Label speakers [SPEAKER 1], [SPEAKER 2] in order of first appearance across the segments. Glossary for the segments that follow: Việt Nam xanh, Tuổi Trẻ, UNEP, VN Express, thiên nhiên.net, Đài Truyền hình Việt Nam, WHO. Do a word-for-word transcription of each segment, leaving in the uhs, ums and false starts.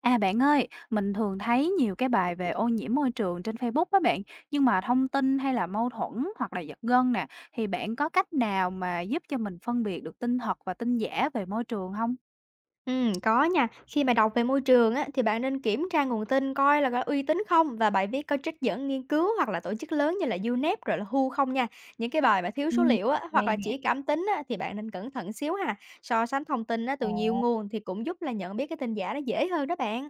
[SPEAKER 1] À bạn ơi, mình thường thấy nhiều cái bài về ô nhiễm môi trường trên Facebook đó bạn, nhưng mà thông tin hay là mâu thuẫn hoặc là giật gân nè, thì bạn có cách nào mà giúp cho mình phân biệt được tin thật và tin giả về môi trường không?
[SPEAKER 2] Ừm, có nha. Khi mà đọc về môi trường á, thì bạn nên kiểm tra nguồn tin coi là có uy tín không và bài viết có trích dẫn nghiên cứu hoặc là tổ chức lớn như là u nép rồi là đắp liu hát âu không nha. Những cái bài mà thiếu số
[SPEAKER 1] Ừ,
[SPEAKER 2] liệu á,
[SPEAKER 1] nghe
[SPEAKER 2] hoặc là
[SPEAKER 1] nè.
[SPEAKER 2] chỉ cảm tính á, thì bạn nên cẩn thận xíu ha. So sánh thông tin á, từ nhiều
[SPEAKER 1] Ồ.
[SPEAKER 2] nguồn thì cũng giúp là nhận biết cái tin giả nó dễ hơn đó bạn.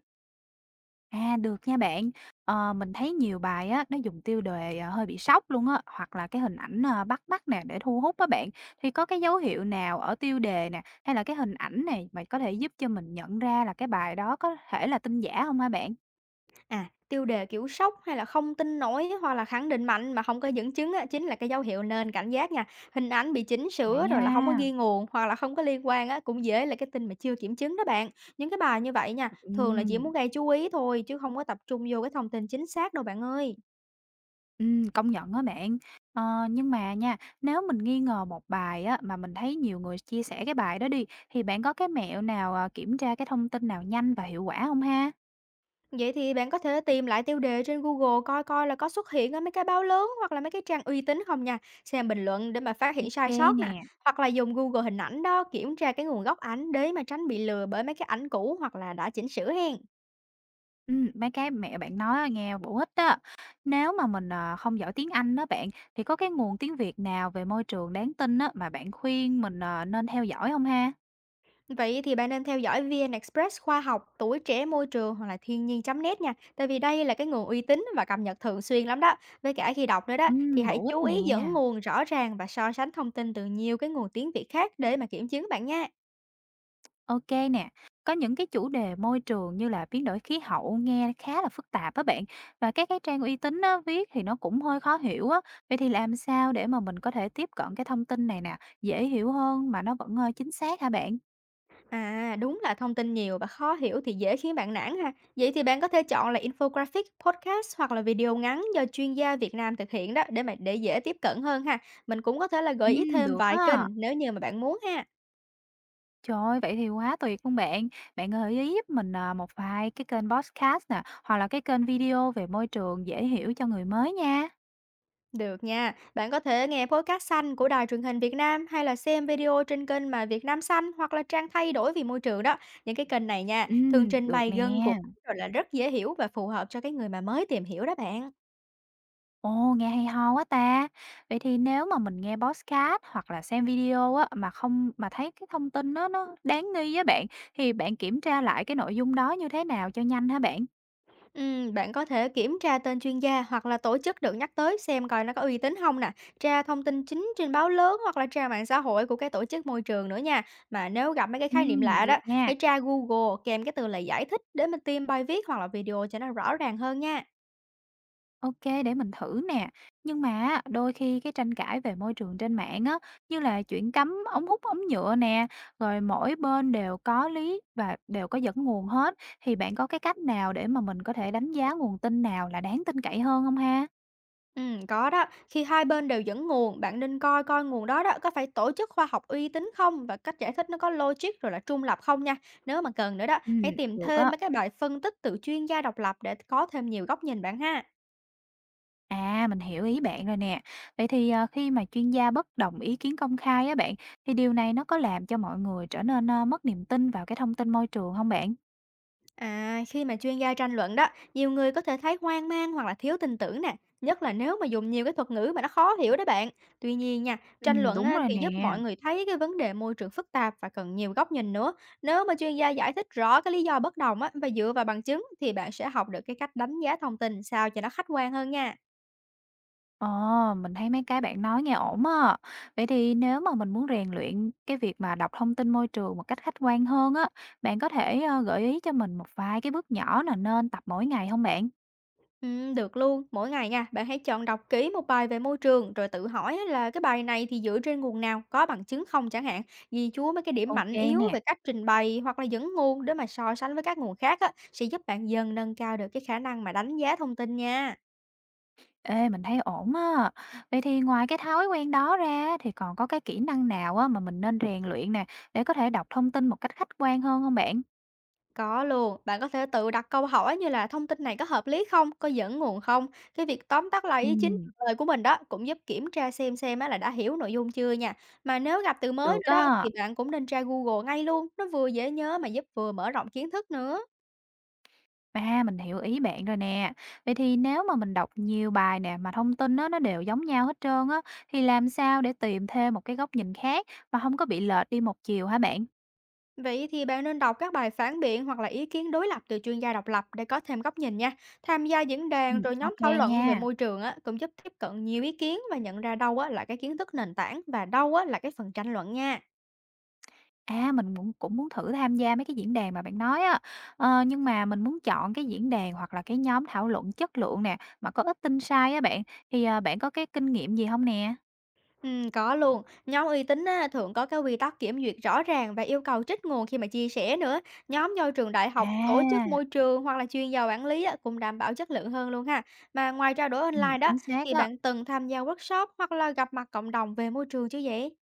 [SPEAKER 1] À được nha bạn. Ờ, mình thấy nhiều bài á, nó dùng tiêu đề à, hơi bị sốc luôn á, hoặc là cái hình ảnh à, bắt mắt nè để thu hút á bạn, thì có cái dấu hiệu nào ở tiêu đề nè, hay là cái hình ảnh này mà có thể giúp cho mình nhận ra là cái bài đó có thể là tin giả không hả bạn?
[SPEAKER 2] À, tiêu đề, kiểu, sốc hay là không tin nổi hoặc là khẳng định mạnh mà không có dẫn chứng á, chính là cái dấu hiệu nên cảnh giác nha. Hình ảnh bị chỉnh
[SPEAKER 1] Vậy
[SPEAKER 2] sửa rồi là không có
[SPEAKER 1] ha.
[SPEAKER 2] ghi nguồn hoặc là không có liên quan á, cũng dễ là cái tin mà chưa kiểm chứng đó bạn. Những cái bài như vậy nha, thường là chỉ muốn
[SPEAKER 1] Ừm,
[SPEAKER 2] gây chú ý thôi chứ không có tập trung vô cái thông tin chính xác đâu bạn ơi.
[SPEAKER 1] ừm, công nhận á bạn. Ờ, nhưng mà nha, nếu mình nghi ngờ một bài á, mà mình thấy nhiều người chia sẻ cái bài đó đi, thì bạn có cái mẹo nào, à, kiểm tra cái thông tin nào nhanh và hiệu quả không ha?
[SPEAKER 2] Vậy thì bạn có thể tìm lại tiêu đề trên Google coi coi là có xuất hiện ở mấy cái báo lớn hoặc là mấy cái trang uy tín không nha, xem bình luận để mà phát hiện
[SPEAKER 1] Ok
[SPEAKER 2] sai sót nè,
[SPEAKER 1] nè,
[SPEAKER 2] hoặc là dùng Google hình ảnh đó kiểm tra cái nguồn gốc ảnh để mà tránh bị lừa bởi mấy cái ảnh cũ hoặc là đã chỉnh sửa hen.
[SPEAKER 1] ừm, mấy cái mẹo bạn nói nghe bổ ích đó. Nếu mà mình, ờ, không giỏi tiếng Anh đó bạn, thì có cái nguồn tiếng Việt nào về môi trường đáng tin á, mà bạn khuyên mình, ờ, nên theo dõi không ha?
[SPEAKER 2] Vậy thì bạn nên theo dõi vê en Express khoa học, tuổi trẻ môi trường hoặc là thiên nhiên.net nha, tại vì đây là cái nguồn uy tín và cập nhật thường xuyên lắm đó. Với cả khi đọc nữa đó thì
[SPEAKER 1] Ừm,
[SPEAKER 2] hãy
[SPEAKER 1] bổ ích
[SPEAKER 2] chú
[SPEAKER 1] nè.
[SPEAKER 2] ý dẫn nguồn rõ ràng và so sánh thông tin từ nhiều cái nguồn tiếng Việt khác để mà kiểm chứng bạn nha.
[SPEAKER 1] OK nè, có những cái chủ đề môi trường như là biến đổi khí hậu nghe khá là phức tạp á bạn và các cái trang uy tín á, viết thì nó cũng hơi khó hiểu á. Vậy thì làm sao để mà mình có thể tiếp cận cái thông tin này nè, dễ hiểu hơn mà nó vẫn ờ, chính xác hả bạn?
[SPEAKER 2] À, đúng là thông tin nhiều và khó hiểu thì dễ khiến bạn nản ha. Vậy thì bạn có thể chọn là infographic, podcast hoặc là video ngắn do chuyên gia Việt Nam thực hiện đó để mà để dễ tiếp cận hơn ha. Mình cũng có thể là
[SPEAKER 1] Ừ,
[SPEAKER 2] gợi ý thêm
[SPEAKER 1] được
[SPEAKER 2] vài kênh
[SPEAKER 1] á.
[SPEAKER 2] nếu như mà bạn muốn ha.
[SPEAKER 1] Trời ơi, vậy thì quá tuyệt luôn bạn. Bạn gợi ý giúp mình ờ, một vài cái kênh podcast nè, hoặc là cái kênh video về môi trường dễ hiểu cho người mới nha.
[SPEAKER 2] Được nha. Bạn có thể nghe podcast xanh của Đài Truyền hình Việt Nam hay là xem video trên kênh mà Việt Nam xanh hoặc là trang thay đổi vì môi trường đó. Những cái kênh này nha,
[SPEAKER 1] Ừ,
[SPEAKER 2] thường trình
[SPEAKER 1] được
[SPEAKER 2] bày
[SPEAKER 1] nè.
[SPEAKER 2] gần gũi rồi là rất dễ hiểu và phù hợp cho cái người mà mới tìm hiểu đó bạn.
[SPEAKER 1] Ồ, nghe hay ho quá ta. Vậy thì nếu mà mình nghe podcast hoặc là xem video á mà không mà thấy cái thông tin nó nó đáng nghi á bạn thì bạn kiểm tra lại cái nội dung đó như thế nào cho nhanh hả bạn?
[SPEAKER 2] Ừm, bạn có thể kiểm tra tên chuyên gia hoặc là tổ chức được nhắc tới xem coi nó có uy tín không nè, tra thông tin chính trên báo lớn hoặc là tra mạng xã hội của cái tổ chức môi trường nữa nha. Mà nếu gặp mấy cái khái niệm
[SPEAKER 1] Ừm,
[SPEAKER 2] lạ đó,
[SPEAKER 1] được nha.
[SPEAKER 2] hãy tra Google kèm cái từ lời giải thích để mình tìm bài viết hoặc là video cho nó rõ ràng hơn nha.
[SPEAKER 1] Ok, để mình thử nè. Nhưng mà á, đôi khi cái tranh cãi về môi trường trên mạng á như là chuyện cấm ống hút ống nhựa nè, rồi mỗi bên đều có lý và đều có dẫn nguồn hết thì bạn có cái cách nào để mà mình có thể đánh giá nguồn tin nào là đáng tin cậy hơn không ha?
[SPEAKER 2] Ừm, có đó, khi hai bên đều dẫn nguồn, bạn nên coi coi nguồn đó đó có phải tổ chức khoa học uy tín không và cách giải thích nó có logic rồi là trung lập không nha. Nếu mà cần nữa đó,
[SPEAKER 1] Ừ,
[SPEAKER 2] hãy tìm
[SPEAKER 1] được
[SPEAKER 2] thêm
[SPEAKER 1] á.
[SPEAKER 2] mấy cái bài phân tích từ chuyên gia độc lập để có thêm nhiều góc nhìn bạn ha.
[SPEAKER 1] À, mình hiểu ý bạn rồi nè. Vậy thì, ờ, khi mà chuyên gia bất đồng ý kiến công khai á bạn, thì điều này nó có làm cho mọi người trở nên, ơ, mất niềm tin vào cái thông tin môi trường không bạn?
[SPEAKER 2] À, khi mà chuyên gia tranh luận đó, nhiều người có thể thấy hoang mang hoặc là thiếu tin tưởng nè, nhất là nếu mà dùng nhiều cái thuật ngữ mà nó khó hiểu đó bạn. Tuy nhiên nha, tranh
[SPEAKER 1] Ừm,
[SPEAKER 2] luận
[SPEAKER 1] đúng
[SPEAKER 2] á,
[SPEAKER 1] rồi
[SPEAKER 2] thì giúp
[SPEAKER 1] nè.
[SPEAKER 2] mọi người thấy cái vấn đề môi trường phức tạp và cần nhiều góc nhìn nữa. Nếu mà chuyên gia giải thích rõ cái lý do bất đồng á, và dựa vào bằng chứng thì bạn sẽ học được cái cách đánh giá thông tin sao cho nó khách quan hơn nha.
[SPEAKER 1] Ờ, mình thấy mấy cái bạn nói nghe ổn á. Vậy thì nếu mà mình muốn rèn luyện cái việc mà đọc thông tin môi trường một cách khách quan hơn á, bạn có thể, ơ, gợi ý cho mình một vài cái bước nhỏ là nên tập mỗi ngày không bạn?
[SPEAKER 2] Ừm, được luôn. Mỗi ngày nha, bạn hãy chọn đọc kỹ một bài về môi trường rồi tự hỏi á là cái bài này thì dựa trên nguồn nào, có bằng chứng không chẳng hạn, ghi chú mấy cái điểm
[SPEAKER 1] Ok
[SPEAKER 2] mạnh yếu
[SPEAKER 1] nè.
[SPEAKER 2] về cách trình bày hoặc là dẫn nguồn để mà so sánh với các nguồn khác á, sẽ giúp bạn dần nâng cao được cái khả năng mà đánh giá thông tin nha.
[SPEAKER 1] Ê, mình thấy ổn á. Vậy thì ngoài cái thói quen đó ra thì còn có cái kỹ năng nào á mà mình nên rèn luyện nè, để có thể đọc thông tin một cách khách quan hơn không bạn?
[SPEAKER 2] Có luôn, bạn có thể tự đặt câu hỏi như là thông tin này có hợp lý không, có dẫn nguồn không. Cái việc tóm tắt lại ý chính
[SPEAKER 1] Ừ,
[SPEAKER 2] trả lời của mình đó cũng giúp kiểm tra xem xem á là đã hiểu nội dung chưa nha. Mà nếu gặp từ mới
[SPEAKER 1] được
[SPEAKER 2] nữa đó thì
[SPEAKER 1] á.
[SPEAKER 2] bạn cũng nên tra Google ngay luôn, nó vừa dễ nhớ mà giúp vừa mở rộng kiến thức nữa.
[SPEAKER 1] À, mình hiểu ý bạn rồi nè. Vậy thì nếu mà mình đọc nhiều bài nè, mà thông tin á, nó đều giống nhau hết trơn á, thì làm sao để tìm thêm một cái góc nhìn khác mà không có bị lệch đi một chiều hả bạn?
[SPEAKER 2] Vậy thì bạn nên đọc các bài phản biện hoặc là ý kiến đối lập từ chuyên gia độc lập để có thêm góc nhìn nha. Tham gia diễn
[SPEAKER 1] Ừ,
[SPEAKER 2] đàn rồi nhóm
[SPEAKER 1] ok
[SPEAKER 2] thảo luận về
[SPEAKER 1] nha.
[SPEAKER 2] môi trường á, cũng giúp tiếp cận nhiều ý kiến và nhận ra đâu á, là cái kiến thức nền tảng và đâu á, là cái phần tranh luận nha.
[SPEAKER 1] À, mình cũng cũng muốn thử tham gia mấy cái diễn đàn mà bạn nói á. Ờ, nhưng mà mình muốn chọn cái diễn đàn hoặc là cái nhóm thảo luận chất lượng nè, mà có ít tin sai á bạn, thì, ờ, bạn có cái kinh nghiệm gì không nè?
[SPEAKER 2] Ừm, có luôn. Nhóm uy tín á, thường có cái quy tắc kiểm duyệt rõ ràng và yêu cầu trích nguồn khi mà chia sẻ nữa. Nhóm do trường đại học, tổ chức
[SPEAKER 1] À,
[SPEAKER 2] môi trường hoặc là chuyên gia quản lý á, cũng đảm bảo chất lượng hơn luôn ha. Mà ngoài trao đổi
[SPEAKER 1] ừm,
[SPEAKER 2] online đó,
[SPEAKER 1] chính xác
[SPEAKER 2] thì
[SPEAKER 1] á.
[SPEAKER 2] bạn từng tham gia workshop hoặc là gặp mặt cộng đồng về môi trường chứ vậy?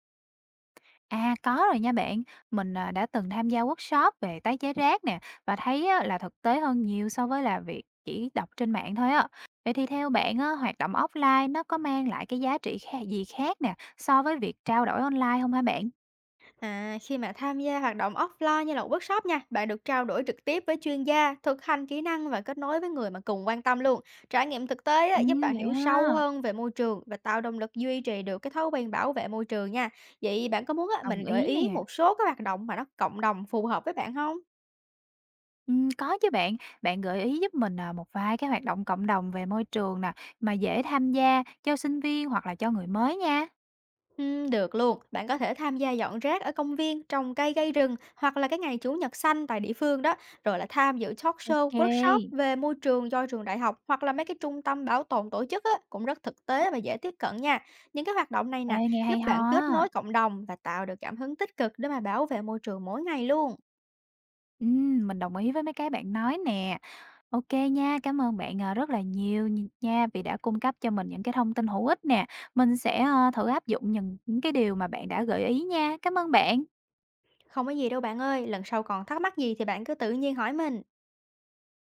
[SPEAKER 1] À, có rồi nha bạn. Mình, à, đã từng tham gia workshop về tái chế rác nè, và thấy á là thực tế hơn nhiều so với là việc chỉ đọc trên mạng thôi á. Vậy thì theo bạn á, hoạt động offline nó có mang lại cái giá trị kha gì khác nè, so với việc trao đổi online không hả bạn?
[SPEAKER 2] À, khi mà tham gia hoạt động offline như là workshop nha, bạn được trao đổi trực tiếp với chuyên gia, thực hành kỹ năng và kết nối với người mà cùng quan tâm luôn. Trải nghiệm thực tế á, giúp bạn
[SPEAKER 1] Ừm, vậy
[SPEAKER 2] hiểu sâu
[SPEAKER 1] ha.
[SPEAKER 2] hơn về môi trường và tạo động lực duy trì được cái thói quen bảo vệ môi trường nha. Vậy bạn có muốn á,
[SPEAKER 1] Đồng
[SPEAKER 2] mình gợi
[SPEAKER 1] ý
[SPEAKER 2] ý
[SPEAKER 1] nè.
[SPEAKER 2] một số cái hoạt động mà nó cộng đồng phù hợp với bạn không?
[SPEAKER 1] Ừm, có chứ bạn. Bạn gợi ý giúp mình, à, một vài cái hoạt động cộng đồng về môi trường nè, mà dễ tham gia cho sinh viên hoặc là cho người mới nha.
[SPEAKER 2] Ừm, được luôn, bạn có thể tham gia dọn rác ở công viên, trồng cây gây rừng hoặc là cái ngày Chủ nhật xanh tại địa phương đó, rồi là tham dự talk show,
[SPEAKER 1] Ok.
[SPEAKER 2] workshop về môi trường do trường đại học hoặc là mấy cái trung tâm bảo tồn tổ chức á, cũng rất thực tế và dễ tiếp cận nha. Những cái hoạt động này
[SPEAKER 1] Ê,
[SPEAKER 2] nè,
[SPEAKER 1] nghe hay
[SPEAKER 2] giúp
[SPEAKER 1] ho
[SPEAKER 2] bạn kết nối
[SPEAKER 1] á.
[SPEAKER 2] cộng đồng và tạo được cảm hứng tích cực để mà bảo vệ môi trường mỗi ngày luôn.
[SPEAKER 1] Ừm, mình đồng ý với mấy cái bạn nói nè. Ok nha, cảm ơn bạn, à, rất là nhiều nh nha vì đã cung cấp cho mình những cái thông tin hữu ích nè. Mình sẽ, ờ, thử áp dụng những những cái điều mà bạn đã gợi ý nha. Cảm ơn bạn.
[SPEAKER 2] Không có gì đâu bạn ơi, lần sau còn thắc mắc gì thì bạn cứ tự nhiên hỏi mình.